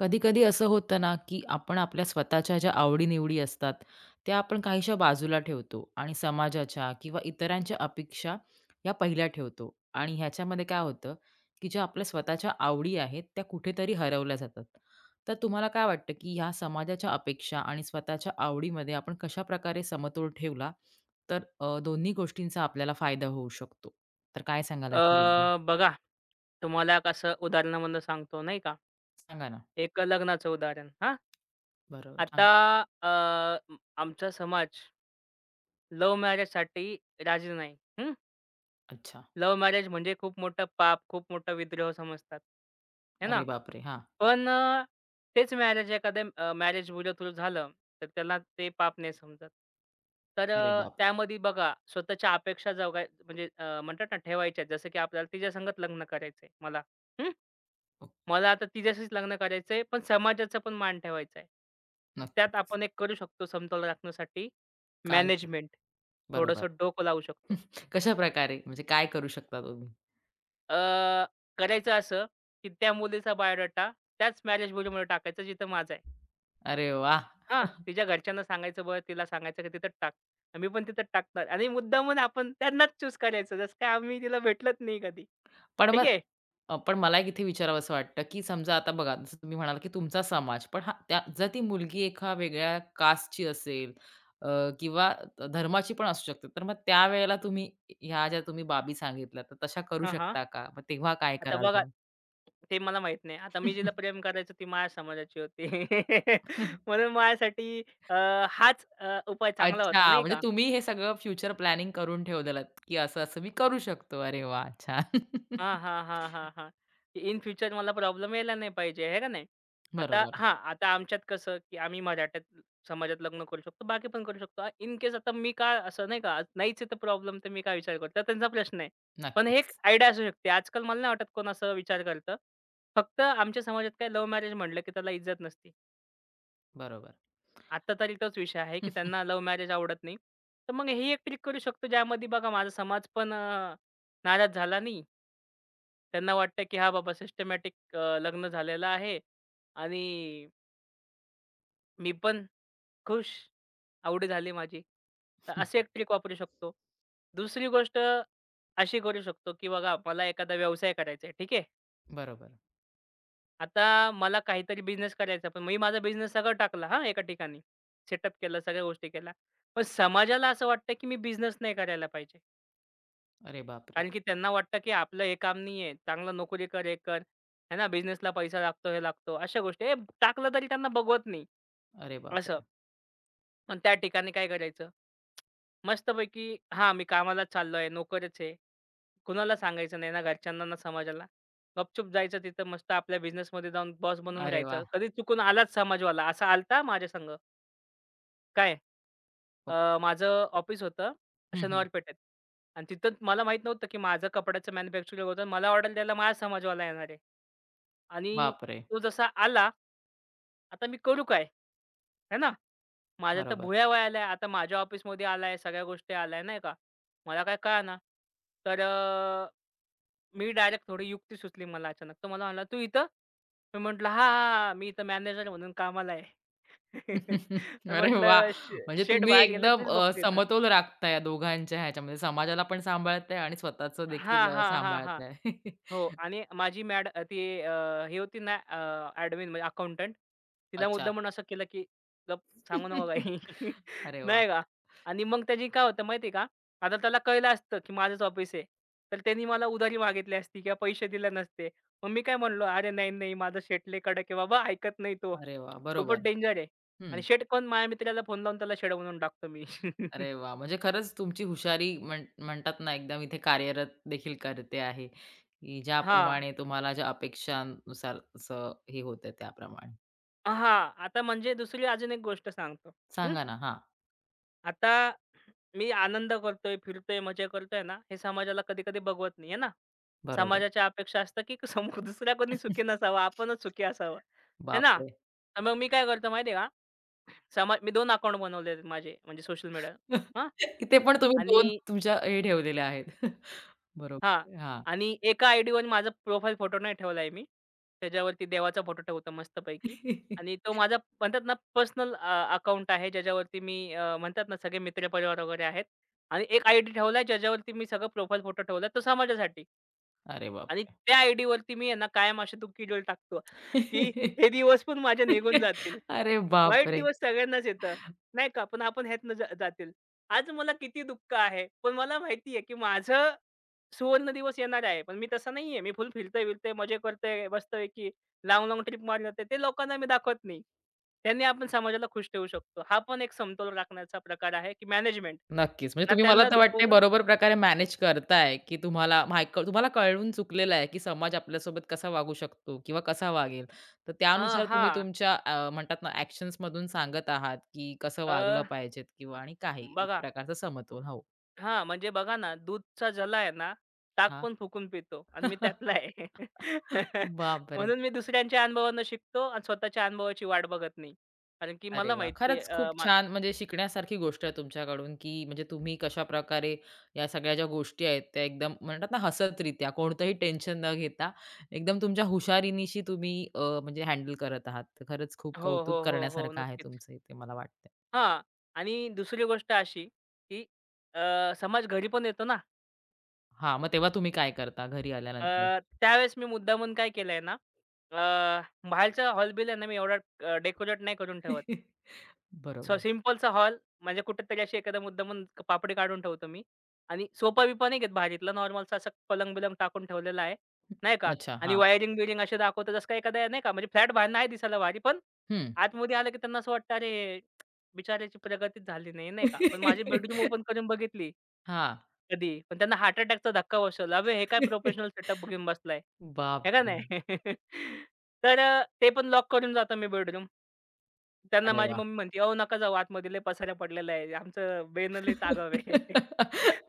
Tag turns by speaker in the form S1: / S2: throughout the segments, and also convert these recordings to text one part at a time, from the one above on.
S1: कधी-कधी असं होतं ना, की आपण आपल्या स्वतःच्या ज्या आवडी-निवडी असतात, त्या आपण काहीशा बाजूला ठेवतो आणि समाजाच्या किंवा इतरांच्या अपेक्षा या पहिल्या ठेवतो. आणि ह्याच्यामध्ये काय होतं, की ज्या आपल्या स्वतःच्या आवडी आहेत, त्या कुठेतरी हरवल्या जातात. तर तुम्हाला काय वाटतं, की ह्या समाजाच्या अपेक्षा आणि स्वतःच्या आवडीमध्ये आपण कशाप्रकारे समतोल ठेवला, तर दोन्ही गोष्टींचा आपल्याला फायदा होऊ शकतो? तर काय सांगाल याच्याबद्दल?
S2: बघा, तुम्हाला कसं उदाहरणामधनं सांगतो नाही का.
S1: सांगा ना.
S2: एक लग्नाचं उदाहरण हां.
S1: बरोबर. सांग
S2: आता अ, आमचा समाज लव्ह मॅरेजसाठी राजी नाही.
S1: अच्छा.
S2: लव्ह मॅरेज म्हणजे खूप मोठं पाप, खूप मोठा विद्रोह समजतात. आहे ना?
S1: अरे बापरे! हां.
S2: पण तेच मॅरेज एखाद्या मॅरेज ब्युरो थ्रू झालं, तर त्याला ते पाप नाही समजत. तर
S1: अरे बापरे!
S2: त्यामध्ये बघा स्वतःच्या अपेक्षा जगाय म्हणजे म्हणतात ना ठेवायच्या जसं की आपल्याला तिच्यासंगच लग्न करायचंय मला. हं. मला आता तिच्याशीच लग्न करायचंय, पण समाजाचा पण मान ठेवायचा आहे. तर त्यात
S1: नक्कीच.
S2: आपण एक करू शकतो समतोल राखण्यासाठी
S1: काय
S2: मॅनेजमेंट.
S1: बरोबर.
S2: थोडंसं डोकं लावू शकतो.
S1: कशाप्रकारे? म्हणजे काय करू शकता तुम्ही?
S2: अ, करायचं असं, की त्या मुलीचा बायोडाटा त्याच मॅरेज ब्युरोमध्ये टाकायचा जिथं माझा आहे.
S1: अरे वाह!
S2: हां, तिच्या घरच्यांना सांगायचं बरं, तिला सांगायचं की तिथं टाक. मी पण तिथं टाकणार आणि मुद्दामून आपण त्यांनाच चूज करायचं. जसं काय आम्ही तिला भेटलोच नाही कधी.
S1: पण
S2: ठीक
S1: मग
S2: आहे.
S1: पण मला एक इथे विचारावसं वाटतं, की समजा आता बघा जसं तुम्ही म्हणालात, की तुमचा समाज पण हां, त्या जर ती मुलगी एका वेगळ्या कास्टची असेल, अ, किंवा धर्माची पण असू शकते. तर मग त्यावेळेला तुम्ही ह्या ज्या तुम्ही बाबी सांगितल्या, तर तशा करू
S2: हां, हां.
S1: शकता का? मग तेव्हा काय
S2: आता
S1: कराल
S2: बघा,
S1: तुम्ही?
S2: ते मला माहीत नाही. आता मी जिला प्रेम करायचो ती माझ्या समाजाची होती. म्हणून माझ्यासाठी अ, हाच उपाय चांगला होता
S1: अच्छा,
S2: नाही
S1: म्हणजे
S2: का?
S1: तुम्ही हे सगळं फ्युचर प्लॅनिंग करून ठेवलेलं, की असं-असं मी करू शकतो. अरे वाह! छान.
S2: हां, हां, हां, हां, हां. इन फ्युचर मला प्रॉब्लेम यायला नाही पाहिजे, आहे का नाही? आता
S1: बरोबर.
S2: हां, आता आमच्यात कसं, की आम्ही मराठ्यात समाजात लग्न करू शकतो, बाकी पण करू शकतो. इन केस आता मी का असं नाही का, नाहीच आहे तर प्रॉब्लेम तर मी काय विचार करतो? त्यांचा प्रश्न आहे. पण हे एक
S1: नक्कीच.
S2: आयडिया असू शकते. आजकाल मला नाही वाटत कोण असं विचार करतं. फक्त आमच्या समाजात काय लव्ह मॅरेज म्हटलं, की त्याला इज्जत नसते.
S1: बरोबर.
S2: आता तरी तोच विषय आहे, की त्यांना लव्ह मॅरेज आवडत नाही. तर मग ही एक ट्रिक करू शकतो, ज्यामध्ये बघा माझा समाज पण नाराज झाला नाही. त्यांना वाटतं, की "हां, बाबा सिस्टमॅटिक लग्न झालेलं आहे आणि मी पण खुश, आवडी झाली माझी." तर अशी एक ट्रिक वापरू शकतो. दुसरी गोष्ट अशी करू शकतो, की बघा मला एखादा व्यवसाय करायचा आहे, ठीक आहे.
S1: बरोबर.
S2: आता मला काहीतरी बिझनेस करायचा, पण मी माझा बिझनेस सगळं टाकला हां, एका ठिकाणी. सेटअप केलं, सगळ्या गोष्टी केल्या. पण समाजाला असं वाटतं, की मी बिझनेस नाही करायला पाहिजे.
S1: अरे बापरे!
S2: कारण की त्यांना वाटतं, की आपलं हे काम नाहीये. चांगलं नोकरी कर, हे कर. आहे ना, बिझनेसला पैसा लागतो, हे लागतो. अशा गोष्टी. हे टाकलं तरी त्यांना बघवत नाही
S1: अरे
S2: असं.
S1: बापरे!
S2: पण त्या ठिकाणी काय करायचं? मस्तपैकी हां, मी कामाला चाललोय, नोकरच आहे. कुणाला सांगायचं नाही ना घरच्यांना, ना समाजाला. गपचूप जायचं तिथं मस्त आपल्या बिझनेसमध्ये जाऊन बॉस बनून
S1: अरे वाह!
S2: राहायचं. कधी चुकून आलाच समाजवाला. असा आलता माझ्या संग. काय
S1: हो.
S2: माझं ऑफिस होतं
S1: हं, हं.
S2: शनिवार पेठेत आणि तिथं मला माहीत नव्हतं, की माझं कपड्याचं मॅन्युफॅक्चरिंग होतं. मला ऑर्डर द्यायला माझा समाजवाला येणार आहे. आणि
S1: बापरे!
S2: तो जसा आला, आता मी करू काय? है ना? माझ्या तर
S1: बरोबर.
S2: भुया वयाला आहे. आता माझ्या ऑफिसमध्ये आलाय, सगळ्या गोष्टी आलाय नाही का? मला काय कळेना. तर मी डायरेक्ट थोडी युक्ती सुचली मला अचानक. तो मला म्हणाला, "तू इथं?" मी म्हटलं, "हां, हां, हां. मी इथं मॅनेजर म्हणून कामाला आहे."
S1: अरे वाह!
S2: म्हटलं,
S1: म्हणजे
S2: "शे
S1: तुम्ही
S2: बाहेर गेलेत,
S1: एकदम
S2: मीच बघतोय इथं."
S1: समतोल राखताय या दोघांच्या ह्याच्यामध्ये. समाजाला पण सांभाळताय आणि स्वतःचं
S2: हां,
S1: देखील
S2: हां, हां, हां.
S1: सांभाळताय.
S2: हो आणि माझी मॅड ती हे होती ना ॲडमिन म्हणजे अकाउंटंट. तिला
S1: अच्छा.
S2: मुद्दामून असं केलं, की गप सांगू नको काही.
S1: अरे वाह!
S2: नाही का? आणि मग त्याची काय होतं माहिती का? आता त्याला कळलं असतं, की माझंच ऑफिस आहे. तर त्यांनी मला उधारी मागितली असती किंवा पैसे दिले नसते. मग मी काय म्हणलो, "अरे नाही, नाही माझा शेठ लय कडक आहे बाबा, ऐकत नाही तो.
S1: अरे वाह!
S2: खूपच
S1: बरोबर.
S2: डेंजर आहे." आणि शेठ कोण? माझ्या मित्राला फोन लावून त्याला शेड म्हणून टाकतो मी.
S1: अरे वाह! म्हणजे खरंच तुमची हुशारी म्हणतात ना एकदम इथे कार्यरत देखील करते आहे, की
S2: हां.
S1: ज्याप्रमाणे तुम्हाला ज्या अपेक्षांनुसार असं हे होतं त्याप्रमाणे.
S2: हां. आता म्हणजे दुसरी अजून एक गोष्ट सांगतो.
S1: सांगा ना? हां,
S2: आता मी आनंद करतोय, फिरतोय, मजा करतोय ना, हे समाजाला कधी-कधी बघवत नाही, है ना.
S1: बरोबर.
S2: समाजाच्या अपेक्षा असतात, की सम दुसरा कोणी सुखी नसावा, आपणच सुखी असावं, आहे ना.
S1: बापरे!
S2: तर मग मी काय करतो माहिती आहे का, समाज मी 2 अकाउंट बनवले आहेत माझे, म्हणजे सोशल मीडिया हां.
S1: इथे पण तुम्ही 2
S2: आणि
S1: तुमच्या हे ठेवलेल्या आहेत.
S2: हां.
S1: बरोबर. हां.
S2: आणि एका आयडीवर माझा प्रोफाईल फोटो नाही ठेवला मी. त्याच्यावरती देवाचा फोटो ठेवतो मस्तपैकी आणि तो माझा म्हणतात ना पर्सनल अकाउंट आहे ज्याच्यावरती मी म्हणतात ना सगळे मित्रपरिवार वगैरे आहेत आणि एक आयडी ठेवलाय ज्याच्यावरती मी सगळं प्रोफाईल फोटो ठेवलाय तो समाजासाठी
S1: अरे
S2: आणि
S1: बापरे!
S2: त्या आयडीवरती मी आहे कायम असे दुःखी डोल टाकतो, की हे दिवस पण माझे निघून जातील.
S1: अरे
S2: वाईट
S1: बापरे!
S2: दिवस सगळ्यांनाच येतं, नाही का? पण आपण ह्यातनं जा जातील. आज मला किती दुःख आहे, पण मला माहिती आहे, की माझं सुवर्ण दिवस येणार आहे. पण मी तसा नाहीये. मी फुल फिरतोय-बिरतोय, मजे करतोय मस्तपैकी. लाँग-लाँग ट्रिप मारल्या तर ते लोकांना मी दाखवत नाही. त्यांनी आपण समाजाला खुश ठेवू शकतो. हा पण एक समतोल राखण्याचा प्रकार आहे, की मॅनेजमेंट.
S1: नक्कीच. म्हणजे
S2: ना
S1: तुम्ही मला
S2: त्यांना
S1: तर वाटतंय
S2: दुखवलं
S1: बरोबर प्रकारे मॅनेज करताय, की तुम्हाला कळून चुकलेलं आहे, की समाज आपल्यासोबत कसा वागू शकतो किंवा कसा वागेल. तर
S2: अ,
S1: त्यानुसार तुम्ही
S2: हां.
S1: तुमच्या म्हणतात ना ॲक्शन्समधून सांगत आहात, की कसं
S2: अ,
S1: वागलं पाहिजेत किंवा आणि काही एक
S2: बघा
S1: प्रकारचं समतोल. हो.
S2: हां, म्हणजे बघा ना दूधचा ज्याला आहे ना, ताक
S1: हां.
S2: पण फुकून पितो आणि मी त्यातला आहे.
S1: बापरे!
S2: म्हणून मी दुसऱ्यांच्या अनुभवांना शिकतो आणि स्वतःच्या अनुभवाची वाट बघत नाही. कारण की
S1: अरे
S2: मला
S1: वाह!
S2: माहिती
S1: खरंच खूप
S2: अ, मा
S1: छान म्हणजे शिकण्यासारखी गोष्ट आहे तुमच्याकडून, की म्हणजे तुम्ही कशा प्रकारे या सगळ्या ज्या गोष्टी आहेत त्या एकदम म्हणतात ना हसतरित्या कोणतंही टेन्शन न घेता एकदम तुमच्या हुशारीनिशी तुम्ही म्हणजे हँडल करत आहात. तर खरंच खूप
S2: हो,
S1: कौतुक
S2: हो, हो, हो.
S1: करण्यासारखं आहे
S2: नक्कीच.
S1: तुमचं इथे मला वाटतं.
S2: हां. आणि दुसरी गोष्ट अशी, की समाज घरी पण येतो ना.
S1: हां, मग तेव्हा तुम्ही काय करता घरी
S2: अ,
S1: आल्यानंतर?
S2: त्यावेळेस मी मुद्दामून काय केलंय ना, अ, बाहेरचा हॉल बिल आहे ना, मी एवढा डेकोरेट नाही करून ठेवत. स
S1: बरोबर.
S2: सिंपलचा हॉल म्हणजे कुठेतरी अशी एखादा मुद्दामून पापडी काढून ठेवतो मी आणि सोफा-बिफा नाही घेत भारीतला नॉर्मलचा असा पलंग-बिलंग टाकून ठेवलेला आहे, नाही का?
S1: अच्छा.
S2: आणि
S1: हां.
S2: वायरिंग-बियरिंग असे दाखवतात जसं काही एखादा नाही का म्हणजे फ्लॅट बाहेर नाही दिसायला भारी पण
S1: हं.
S2: आतमध्ये आलं की त्यांना असं वाटतं अरे बिचाऱ्याची प्रगतीच झाली नाही, नाही का? पण माझी बेडरूम ओपन करून बघितली
S1: हां.
S2: कधी, पण त्यांना हार्ट अटॅकचा धक्का बसवला. "अबे हे काय प्रोफेशनल सेटअप घेऊन बसलाय." आहे का
S1: बापरे!
S2: नाही? तर ते पण लॉक करून जातो मी बेडरूम. त्यांना
S1: अरे
S2: माझी
S1: वाह!
S2: मम्मी म्हणते, "अहो नका जाऊ आतमध्ये लय पसारा पडलेला आहे. आमचं बेन लय चागाव आहे."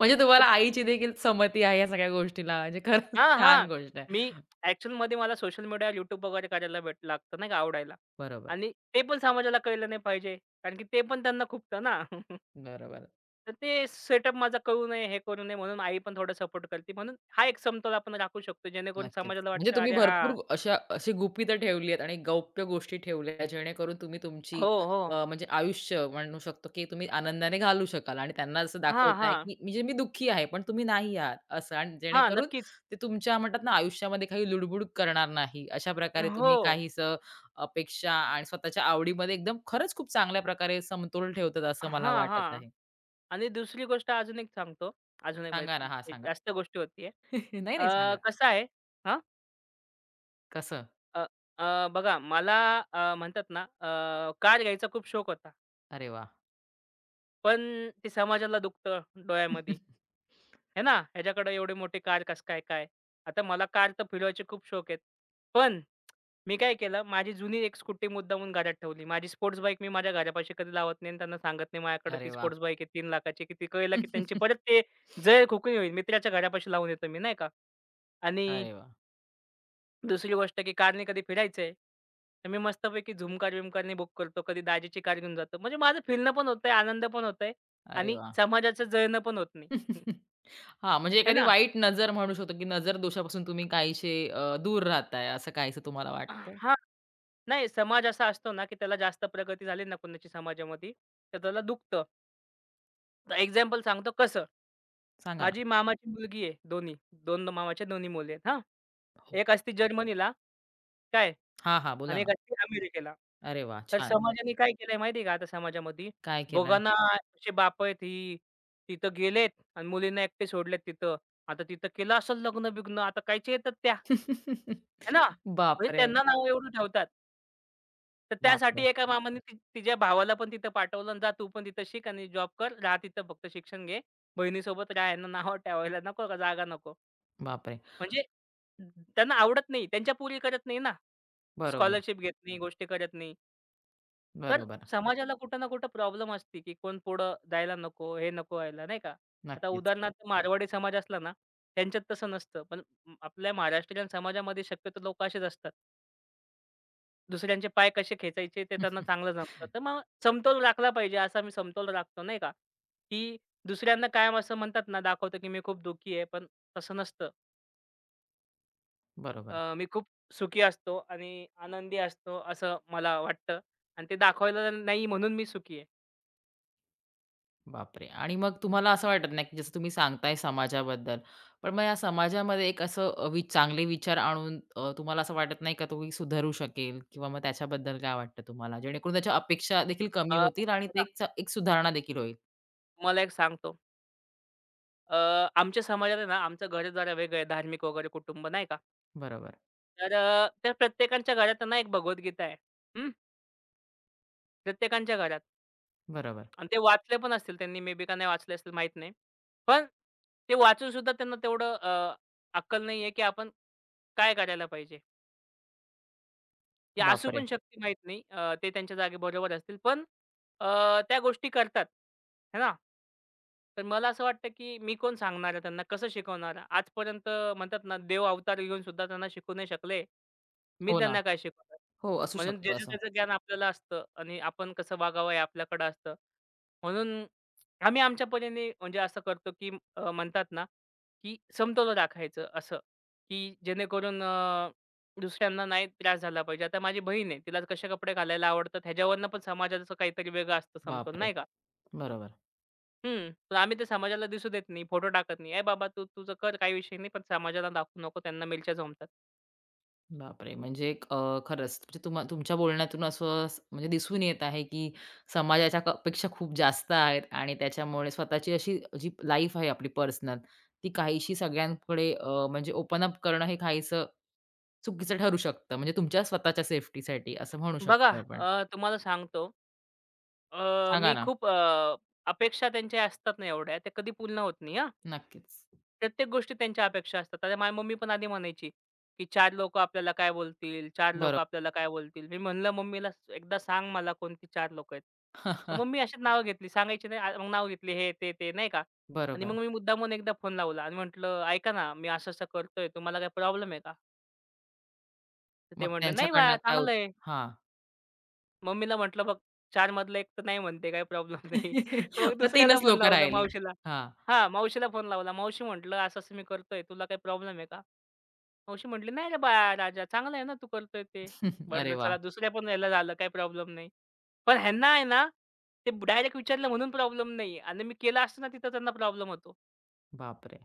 S1: म्हणजे तुम्हाला
S2: तर
S1: आईची देखील संमती आहे या सगळ्या गोष्टीला. म्हणजे खरंच
S2: हां,
S1: छान
S2: हां.
S1: गोष्ट आहे.
S2: मी ॲक्चुअलमध्ये मला सोशल मीडियावर YouTube वगैरे करायला भेट लागतं नाही का आवडायला
S1: बरोबर,
S2: आणि ते पण समाजाला कळलं नाही पाहिजे. कारण की ते पण त्यांना खुपतं ना.
S1: बरोबर.
S2: तर ते सेटअप माझा कळू नये, हे करू नये म्हणून आई पण थोडा सपोर्ट करते. म्हणून हा एक समतोल आपण राखू शकतो जेणेकरून
S1: नक्कीच.
S2: समाजाला
S1: म्हणजे
S2: वाटतं,
S1: तुम्ही
S2: "अरे
S1: भरपूर
S2: हां."
S1: अशा अशी गुपितं ठेवली आहेत आणि गौप्य गोष्टी ठेवल्या जेणेकरून तुम्ही तुमची
S2: हो, हो.
S1: म्हणजे आयुष्य म्हणू शकतो, की तुम्ही आनंदाने घालू शकाल आणि त्यांना असं
S2: हां,
S1: दाखवताय,
S2: हां.
S1: की म्हणजे मी दुःखी आहे, पण तुम्ही नाही आहात असं आणि
S2: हां,
S1: जेणेकरून
S2: नक्कीच.
S1: ते तुमच्या म्हणतात ना, आयुष्यामध्ये काही लुडबुड करणार नाही. अशा प्रकारे तुम्ही
S2: हो.
S1: काहीसं अपेक्षा आणि स्वतःच्या आवडीमध्ये एकदम खरंच खूप चांगल्या प्रकारे समतोल ठेवतात असं मला
S2: हां,
S1: वाटत
S2: हां.
S1: आहे.
S2: आणि दुसरी गोष्ट अजून एक सांगतो. अजून एक
S1: सांगा ना?
S2: म्हणजे
S1: हां,
S2: एक
S1: सांगा.
S2: जास्त गोष्टी होतीये.
S1: नाही, नाही सांगा.
S2: कसं आहे हां,
S1: कसं?
S2: अ, अ, बघा मला म्हणतात ना कार घ्यायचा खूप शौक होता.
S1: अरे वाह!
S2: पण ते समाजाला दुखतं डोळ्यामध्ये. हे ना, ह्याच्याकडे एवढी मोठी कार कसं काय काय? आता मला कार तर फिरवायचे खूप शौक आहेत. पण मी काय केलं, माझी जुनी एक स्कूटी मुद्दामून घरात ठेवली. माझी स्पोर्ट्स बाईक मी माझ्या घरापाशी कधी लावत नाही आणि त्यांना सांगत नाही माझ्याकडे
S1: अरे
S2: ती
S1: वाह!
S2: स्पोर्ट्स बाईक आहे 3 लाखाची, की ती कळलं की त्यांची परत ते जळ खुकून होईल. मित्राच्या घरापाशी लावून येतो मी, नाही का. आणि
S1: अरे वाह!
S2: दुसरी गोष्ट की कारने कधी फिरायचंय, तर मी मस्तपैकी झुमकार-बिमकारने बुक करतो. कधी दाजीची कार घेऊन जातो. म्हणजे माझं फिरणं पण होतंय, आनंद पण होतोय
S1: अरे
S2: आणि
S1: वाह!
S2: समाजाचं जळणं पण होत
S1: हां,
S2: नाही.
S1: म्हणजे
S2: आहे
S1: एखादी
S2: ना.
S1: वाईट नजर म्हणू शकतो, की नजर दोषापासून तुम्ही काहीसे दूर राहताय, असं काहीसं तुम्हाला वाटतंय?
S2: हां. नाही समाज असा असतो ना, की त्याला जास्त प्रगती झाली ना कोणाची समाजामध्ये, तर त्याला दुखतं. तर एक्झाम्पल सांगतो कसं.
S1: सांगा ना.
S2: माझी मामाची हं. मुलगी आहे दोन्ही. 2 मामाच्या दोन्ही मुली आहेत हां.
S1: हो.
S2: एक असती जर्मनीला, काय
S1: हां, हां. बोला
S2: आणि एक
S1: ना.
S2: असती अमेरिकेला.
S1: अरे वाह!
S2: तर
S1: छान.
S2: समाजाने काय केलंय माहिती आहे का आता समाजामध्ये?
S1: काय केलंय?
S2: दोघांना असे बाप आहेत ही तिथं गेलेत आणि मुलींना एकटे सोडलेत तिथं. आता तिथं केलं असेल लग्न-बिग्न आता कायच्या येतात त्या? है ना? म्हणजे
S1: बापरे!
S2: त्यांना नाव एवढं ठेवतात. तर त्यासाठी
S1: बापरे!
S2: एका मामाने ती तिच्या भावाला पण तिथं पाठवलं आणि जा तू पण तिथं शिक आणि जॉब कर. राहा तिथं फक्त शिक्षण घे. बहिणीसोबत राहा. यांना नावं ठेवायला नको का जागा नको.
S1: बापरे!
S2: म्हणजे त्यांना आवडत नाही. त्यांच्या पुरी करत नाही ना.
S1: बरोबर,
S2: स्कॉलरशिप घेत नाही, गोष्टी करत नाही. तर
S1: बरोबर.
S2: समाजाला कुठं ना कुठं प्रॉब्लेम असते, की कोण पुढं जायला नको, हे नको व्हायला नाही का. आता
S1: नक्कीच.
S2: उदाहरणार्थ मारवाडी समाज असला ना, त्यांच्यात तसं नसतं. पण आपल्या महाराष्ट्रीयन समाजामध्ये शक्यतो लोकं असेच असतात. दुसऱ्यांचे पाय कसे खेचायचे ते त्यांना चांगलं जमतं. तर मग समतोल राखला पाहिजे असा मी समतोल राखतो नाही का, की दुसऱ्यांना कायम असं म्हणतात ना, दाखवतो की मी खूप दुःखी आहे, पण तसं नसतं.
S1: बरोबर.
S2: मी खूप सुखी असतो आणि आनंदी असतो असं मला वाटतं आणि ते दाखवायला नाही म्हणून मी सुखी आहे.
S1: बापरे! आणि मग तुम्हाला असं वाटत नाही, की जसं तुम्ही सांगताय समाजाबद्दल. पण मग या समाजामध्ये एक असं अ, वि चांगले विचार आणून, तुम्हाला असं वाटत नाही का तो सुधारू शकेल किंवा मग त्याच्याबद्दल काय वाटतं तुम्हाला? जेणेकरून त्याच्या अपेक्षा देखील कमी
S2: अ,
S1: होतील आणि ते
S2: बघा
S1: एक च एक सुधारणा देखील होईल.
S2: तुम्हाला एक सांगतो. अ, आमच्या समाजात आहे ना, आमचं घर जरा वेगळं आहे धार्मिक वगैरे कुटुंब नाही का.
S1: बरोबर,
S2: तर त्या प्रत्येकाच्या घरात ना एक भगवद्गीता आहे. हं, प्रत्येकाच्या घरात.
S1: बरोबर.
S2: आणि ते वाचले पण असतील त्यांनी मे बी का नाही वाचले असतील माहीत नाही. पण ते वाचून सुद्धा त्यांना तेवढं अक्कल नाहीये, की आपण काय करायला पाहिजे? ते असू
S1: बापरे!
S2: पण शकते माहीत नाही. ते त्यांच्या जागी बरोबर असतील. पण त्या गोष्टी करतात. है ना? तर मला असं वाटतं, की मी कोण सांगणार आहे त्यांना, कसं शिकवणार? आहे? आजपर्यंत म्हणतात ना, देव अवतार घेऊन सुद्धा त्यांना शिकवू नाही शकले. मी
S1: हो ना.
S2: त्यांना काय शिकवणार?
S1: हो, असू
S2: म्हणून
S1: शकतं
S2: ज्याचं
S1: असं.
S2: त्याचं ज्ञान आपल्याला असतं आणि आपण कसं वागावं हे आपल्याकडं असतं. म्हणून आम्ही आमच्या परीने म्हणजे असं करतो, की म्हणतात ना, की समतोल राखायचं असं, की जेणेकरून दुसऱ्यांना नाही त्रास झाला पाहिजे. आता माझी बहीण आहे. तिला कसे कपडे घालायला आवडतात ह्याच्यावरनं पण समाजाचं काहीतरी वेगळं असतं समतोल
S1: बापरे!
S2: नाही का?
S1: बरोबर.
S2: हं. पण आम्ही ते समाजाला दिसू देत नाही. फोटो टाकत नाही. "ए बाबा तू तुझं कर काही विषय नाही, पण समाजाला दाखवू नको त्यांना मिरच्या जमतात."
S1: बापरे! म्हणजे एक खरंच म्हणजे तुमच्या बोलण्यातून असं म्हणजे दिसून येत आहे, की समाजाच्या अपेक्षा खूप जास्त आहेत आणि त्याच्यामुळे स्वतःची अशी जी लाईफ आहे आपली पर्सनल, ती काहीशी सगळ्यांकडे म्हणजे ओपन अप करणं हे काहीसं चुकीचं ठरू शकतं. म्हणजे तुमच्या स्वतःच्या सेफ्टीसाठी असं म्हणू
S2: बघा
S1: शकतो आपण.
S2: तुम्हाला सांगतो
S1: सांगा
S2: मी
S1: ना?
S2: खूप अपेक्षा त्यांच्या असतात ना एवढ्या, त्या कधी पूर्ण होत नाही हा?
S1: नक्कीच.
S2: प्रत्येक गोष्टीत त्यांच्या अपेक्षा असतात. आता माझी मम्मी पण आधी म्हणायची, की 4 लोकं आपल्याला काय बोलतील? 4
S1: बरोबर.
S2: लोकं आपल्याला काय बोलतील? मी म्हणलं, "मम्मीला एकदा सांग मला कोणती 4 लोकं आहेत." तर मम्मी अशीच नावं घेतली. सांगायची नाही. मग नाव घेतली हे, ते, ते नाही का? आणि मग
S1: बरोबर.
S2: मी मुद्दामून एकदा फोन लावला आणि म्हटलं, "ऐका ना, मी असं-असं करतोय. तुम्हाला काही प्रॉब्लेम आहे का?" तर ते
S1: मग
S2: म्हटले, "नाही
S1: त्यांच्याकडनं
S2: बाळा,
S1: काय
S2: चांगलं आहे."
S1: हां.
S2: मम्मीला म्हटलं, "बघ, 4 मधलं एक तर नाही म्हणते, काही प्रॉब्लेम नाही." मग
S1: मग
S2: दुसऱ्याला
S1: 3च
S2: फोन
S1: लोकं
S2: लावला,
S1: राहिली.
S2: मावशीला.
S1: हां.
S2: हां, मावशीला फोन लावला. मावशी म्हटलं, "असं-असं मी करतोय. तुला काही प्रॉब्लेम आहे का?" मावशी म्हटली, "नाही रे बाळा राजा, चांगलं आहे ना तू करतोय ते."
S1: अरे
S2: म्हटलं,
S1: वाह!
S2: "चला दुसऱ्या पण ह्याला झालं, काही प्रॉब्लेम नाही." पण ह्यांना आहे ना, ते डायरेक्ट विचारलं म्हणून प्रॉब्लेम नाही आणि मी केलं असतं ना तिथं त्यांना प्रॉब्लेम होतो.
S1: बापरे!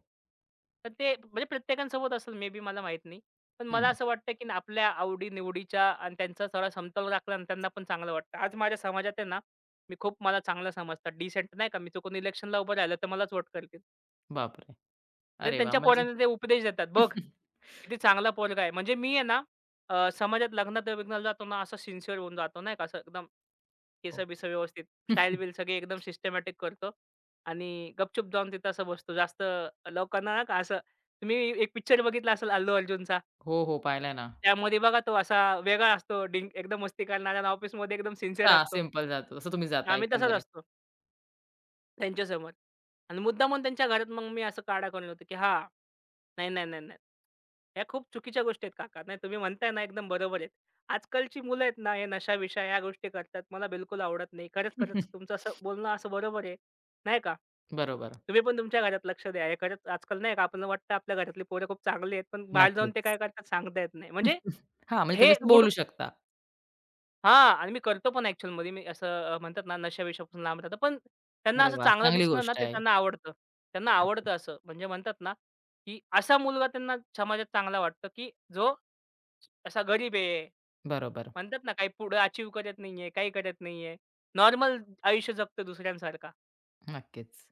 S2: तर ते म्हणजे प्रत्येकासोबत असेल मे बी मला माहीत नाही. पण मला
S1: हं.
S2: असं वाटतं, की आपल्या आवडी-निवडीच्या आणि त्यांचा थोडा समतोल राखला आणि त्यांना पण चांगलं वाटतं. आज माझ्या समाजात आहे ना, मी खूप मला चांगलं समजतात. डिसेंट नाही का, मी चुकून इलेक्शनला उभं राहिलं तर मलाच वोट करतील.
S1: बापरे!
S2: म्हणजे
S1: अरे वाह!
S2: त्यांच्या
S1: म्हणजे
S2: पोरांना ते उपदेश देतात. बघ, किती चांगला पोरगा आहे. म्हणजे मी आहे ना समाजात लग्नात-बिग्नाला जातो ना, असं सिन्सिअर होऊन जातो नाही का, असं एकदम
S1: हो.
S2: केसं-बिसं व्यवस्थित, स्टाईल-बिल सगळी एकदम सिस्टमॅटिक करतो आणि गपचूप जाऊन तिथं असं बसतो. जास्त लोकांना नाही का असं तुम्ही एक पिक्चर बघितला असेल अल्लू अर्जुनचा.
S1: हो, हो. पाहिलाय ना.
S2: त्यामध्ये बघा तो असा वेगळा असतो, डिंग एकदम मस्ती करणारा ऑफिसमध्ये एकदम सिन्सिअर
S1: हां,
S2: असतो.
S1: सिंपल जातो. तसं तुम्ही जाता
S2: आम्ही तसाच
S1: एकंदरीत.
S2: असतो. त्यांच्यासमोर आणि मुद्दामून त्यांच्या घरात मग मी असं काढा करून होतो, की हां, नाही, नाही, नाही, नाही. ह्या खूप चुकीच्या गोष्टी आहेत काका. नाही तुम्ही म्हणताय ना एकदम बरोबर आहेत. आजकालची मुलं आहेत ना, हे नशा-बिशा ह्या गोष्टी करतात. मला बिलकुल आवडत नाही. खरंच, खरंच तुमचं असं बोलणं असं बरोबर आहे, नाही का?
S1: बरोबर.
S2: तुम्ही पण तुमच्या घरात लक्ष द्या. हे खरंच आजकाल नाही का आपल्याला वाटतं आपल्या घरातली पोरं खूप चांगली आहेत, पण बाहेर जाऊन ते
S1: नक्कीच.
S2: काय करतात सांगता येत नाही. म्हणजे
S1: हां, म्हणजे तुम्ही
S2: हे
S1: असं
S2: गुड
S1: बोलू शकता.
S2: हां. आणि मी करतो पण ॲक्चुअलमध्ये. मी असं म्हणतात ना, नशा-विशापासून लांब राहतात. पण त्यांना
S1: अरे
S2: असं
S1: वाह!
S2: चांगलं
S1: चांगली
S2: दिसणं ना,
S1: गोष्ट
S2: ते
S1: आहे.
S2: त्यांना आवडतं. त्यांना
S1: नक्की.
S2: आवडतं असं. म्हणजे म्हणतात ना, की असा मुलगा त्यांना समाजात चांगला वाटतो, की जो असा गरीब आहे.
S1: बरोबर.
S2: म्हणतात ना, काही पुढे अचीव्ह करत नाहीये, काही करत नाहीये. नॉर्मल आयुष्य जगतो दुसऱ्यांसारखा.
S1: नक्कीच,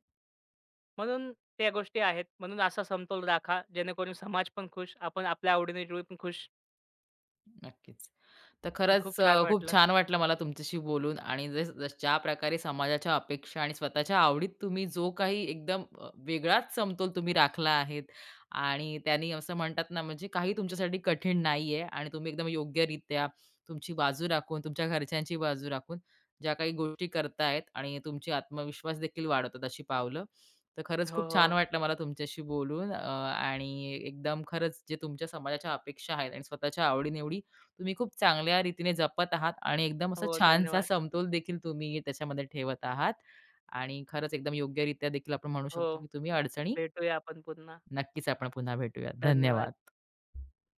S2: म्हणून त्या गोष्टी आहेत. म्हणून असा समतोल राखा, जेणेकरून समाज पण खुश, आपण आपल्या आवडीने पण खुश.
S1: नक्कीच. तर
S2: खूप
S1: खरंच
S2: छान
S1: खूप
S2: वाटलं.
S1: छान वाटलं मला तुमच्याशी बोलून आणि जस जस ज्या प्रकारे समाजाच्या अपेक्षा आणि स्वतःच्या आवडीत तुम्ही जो काही एकदम वेगळाच समतोल तुम्ही राखला आहेत आणि त्यांनी असं म्हणतात ना म्हणजे काही तुमच्यासाठी कठीण नाहीये आणि तुम्ही एकदम योग्यरित्या तुमची बाजू राखून, तुमच्या घरच्यांची बाजू राखून ज्या काही गोष्टी करतायत आणि तुमची आत्मविश्वास देखील वाढवतात अशी पावलं. तर खरंच
S2: हो,
S1: खूप छान
S2: हो.
S1: वाटलं मला तुमच्याशी बोलून, आणि एकदम खरंच जे तुमच्या समाजाच्या अपेक्षा आहेत आणि स्वतःच्या आवडीनिवडी तुम्ही खूप चांगल्या रीतीने जपत आहात आणि एकदम असा
S2: हो,
S1: छानसा
S2: धन्यवाद.
S1: समतोल देखील तुम्ही त्याच्यामध्ये ठेवत आहात. आणि खरंच एकदम योग्यरित्या देखील आपण म्हणू
S2: हो.
S1: शकतो, की तुम्ही अडचणी
S2: भेटूया आपण पुन्हा.
S1: नक्कीच आपण पुन्हा भेटूयात.
S2: धन्यवाद.
S1: धन्यवाद.